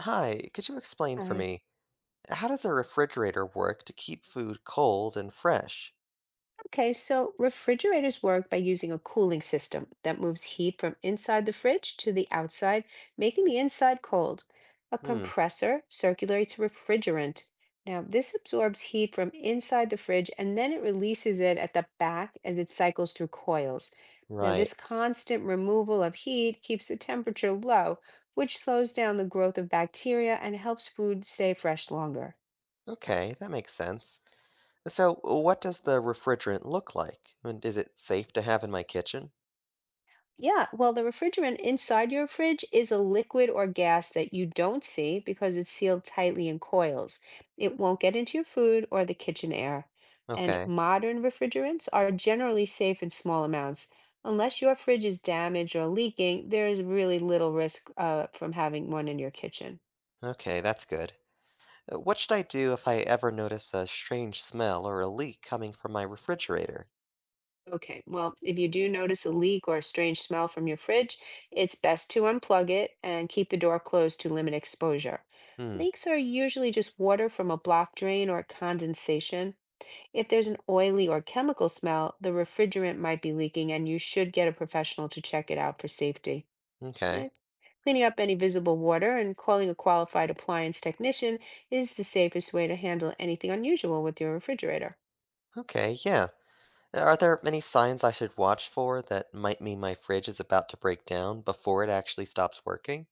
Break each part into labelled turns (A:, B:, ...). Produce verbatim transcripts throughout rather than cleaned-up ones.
A: Hi, could you explain for
B: Right.
A: me how does a refrigerator work to keep food cold and fresh?
B: Okay, so refrigerators work by using a cooling system that moves heat from inside the fridge to the outside, making the inside cold. A
A: Hmm,
B: compressor circulates refrigerant. Now, this absorbs heat from inside the fridge and then it releases it at the back as it cycles through coils. Now,
A: right.
B: this constant removal of heat keeps the temperature low, which slows down the growth of bacteria and helps food stay fresh longer.
A: Okay, that makes sense. So, what does the refrigerant look like? And is it safe to have in my kitchen?
B: Yeah, well, the refrigerant inside your fridge is a liquid or gas that you don't see because it's sealed tightly in coils. It won't get into your food or the kitchen air. And
A: Okay,
B: modern refrigerants are generally safe in small amounts. Unless your fridge is damaged or leaking, there is really little risk uh, from having one in your kitchen.
A: okay, that's good. Uh, What should I do if I ever notice a strange smell or a leak coming from my refrigerator?
B: Okay, well, if you do notice a leak or a strange smell from your fridge, it's best to unplug it and keep the door closed to limit exposure.
A: Hmm,
B: Leaks are usually just water from a block drain or condensation. If there's an oily or chemical smell, the refrigerant might be leaking and you should get a professional to check it out for safety.
A: okay.
B: Eh, Cleaning up any visible water and calling a qualified appliance technician is the safest way to handle anything unusual with your refrigerator.
A: Okay, yeah. Are there any signs I should watch for that might mean my fridge is about to break down before it actually stops working?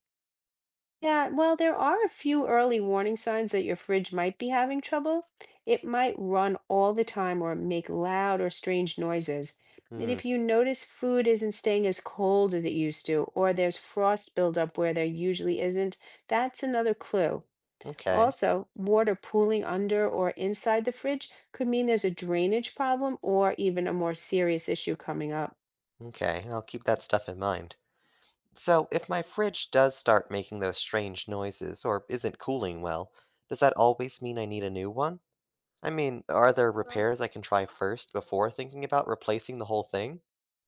B: Yeah, well, there are a few early warning signs that your fridge might be having trouble. It might run all the time or make loud or strange noises. And
A: Hmm.
B: if you notice food isn't staying as cold as it used to, or there's frost buildup where there usually isn't, that's another clue.
A: Okay,
B: Also, water pooling under or inside the fridge could mean there's a drainage problem or even a more serious issue coming up.
A: okay, I'll keep that stuff in mind. So, if my fridge does start making those strange noises or isn't cooling well, does that always mean I need a new one? I mean, are there repairs I can try first before thinking about replacing the whole thing?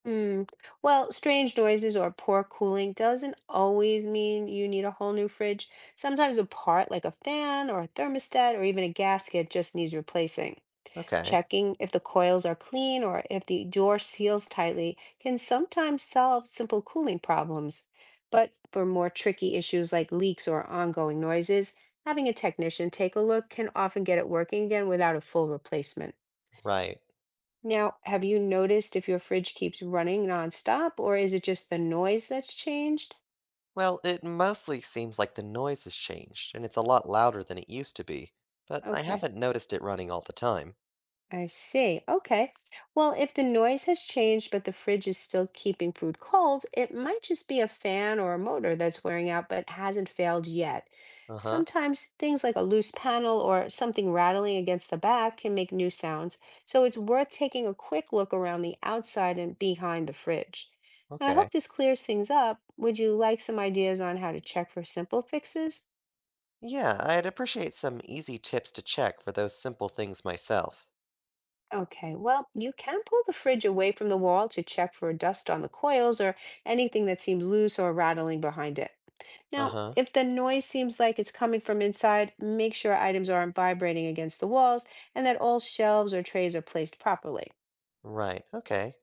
B: Mm. Well, strange noises or poor cooling doesn't always mean you need a whole new fridge. Sometimes a part like a fan or a thermostat or even a gasket just needs replacing.
A: Okay,
B: Checking if the coils are clean or if the door seals tightly can sometimes solve simple cooling problems. But for more tricky issues like leaks or ongoing noises, having a technician take a look can often get it working again without a full replacement.
A: right.
B: Now, have you noticed if your fridge keeps running nonstop, or is it just the noise that's changed?
A: Well, it mostly seems like the noise has changed, and it's a lot louder than it used to be, but I
B: Okay.
A: haven't noticed it running all the time.
B: I see. Okay. Well, if the noise has changed, but the fridge is still keeping food cold, it might just be a fan or a motor that's wearing out but hasn't failed yet.
A: Uh huh,
B: Sometimes things like a loose panel or something rattling against the back can make new sounds, so it's worth taking a quick look around the outside and behind the fridge. I
A: okay.
B: hope this clears things up. Would you like some ideas on how to check for simple fixes?
A: Yeah, I'd appreciate some easy tips to check for those simple things myself.
B: Okay, well, you can pull the fridge away from the wall to check for dust on the coils or anything that seems loose or rattling behind it.
A: Uh
B: Now,
A: huh.
B: if the noise seems like it's coming from inside, make sure items aren't vibrating against the walls and that all shelves or trays are placed properly.
A: Right, okay.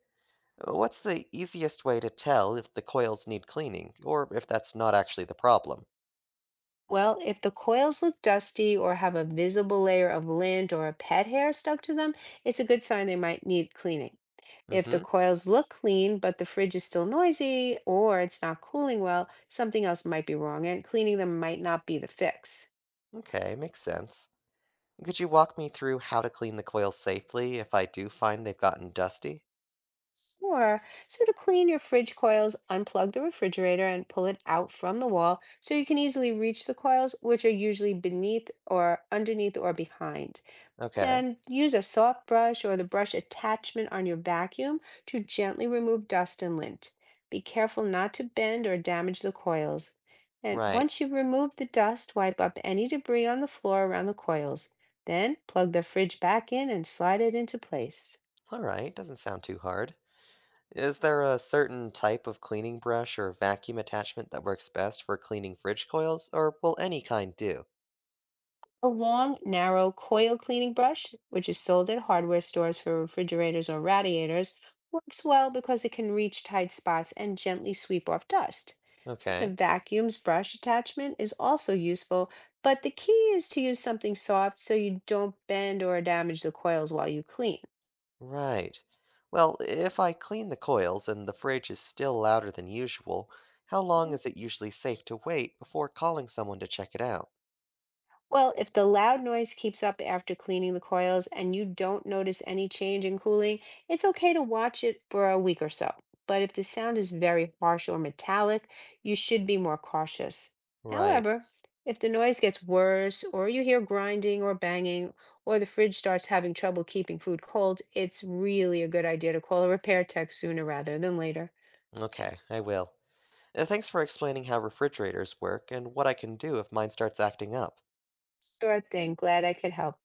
A: Uh, What's the easiest way to tell if the coils need cleaning, or if that's not actually the problem?
B: Well, if the coils look dusty or have a visible layer of lint or a pet hair stuck to them, it's a good sign they might need cleaning. If the
A: Mm-hmm.
B: coils look clean, but the fridge is still noisy or it's not cooling well, something else might be wrong, and cleaning them might not be the fix.
A: Okay, makes sense. Could you walk me through how to clean the coils safely if I do find they've gotten dusty?
B: Or, so to clean your fridge coils, unplug the refrigerator and pull it out from the wall so you can easily reach the coils, which are usually beneath or underneath or behind.
A: Okay,
B: Then use a soft brush or the brush attachment on your vacuum to gently remove dust and lint. Be careful not to bend or damage the coils. And
A: right.
B: once you've removed the dust, wipe up any debris on the floor around the coils. Then plug the fridge back in and slide it into place.
A: All right, doesn't sound too hard. Is there a certain type of cleaning brush or vacuum attachment that works best for cleaning fridge coils, or will any kind do?
B: A long, narrow coil cleaning brush, which is sold at hardware stores for refrigerators or radiators, works well because it can reach tight spots and gently sweep off dust. The
A: Okay.
B: vacuum's brush attachment is also useful, but the key is to use something soft so you don't bend or damage the coils while you clean.
A: Right. Well, if I clean the coils and the fridge is still louder than usual, how long is it usually safe to wait before calling someone to check it out?
B: Well, if the loud noise keeps up after cleaning the coils and you don't notice any change in cooling, it's okay to watch it for a week or so. But if the sound is very harsh or metallic, you should be more cautious.
A: Right.
B: However, if the noise gets worse, or you hear grinding or banging, or the fridge starts having trouble keeping food cold, it's really a good idea to call a repair tech sooner rather than later.
A: Okay, I will. Uh, Thanks for explaining how refrigerators work and what I can do if mine starts acting up.
B: Sure thing. Glad I could help.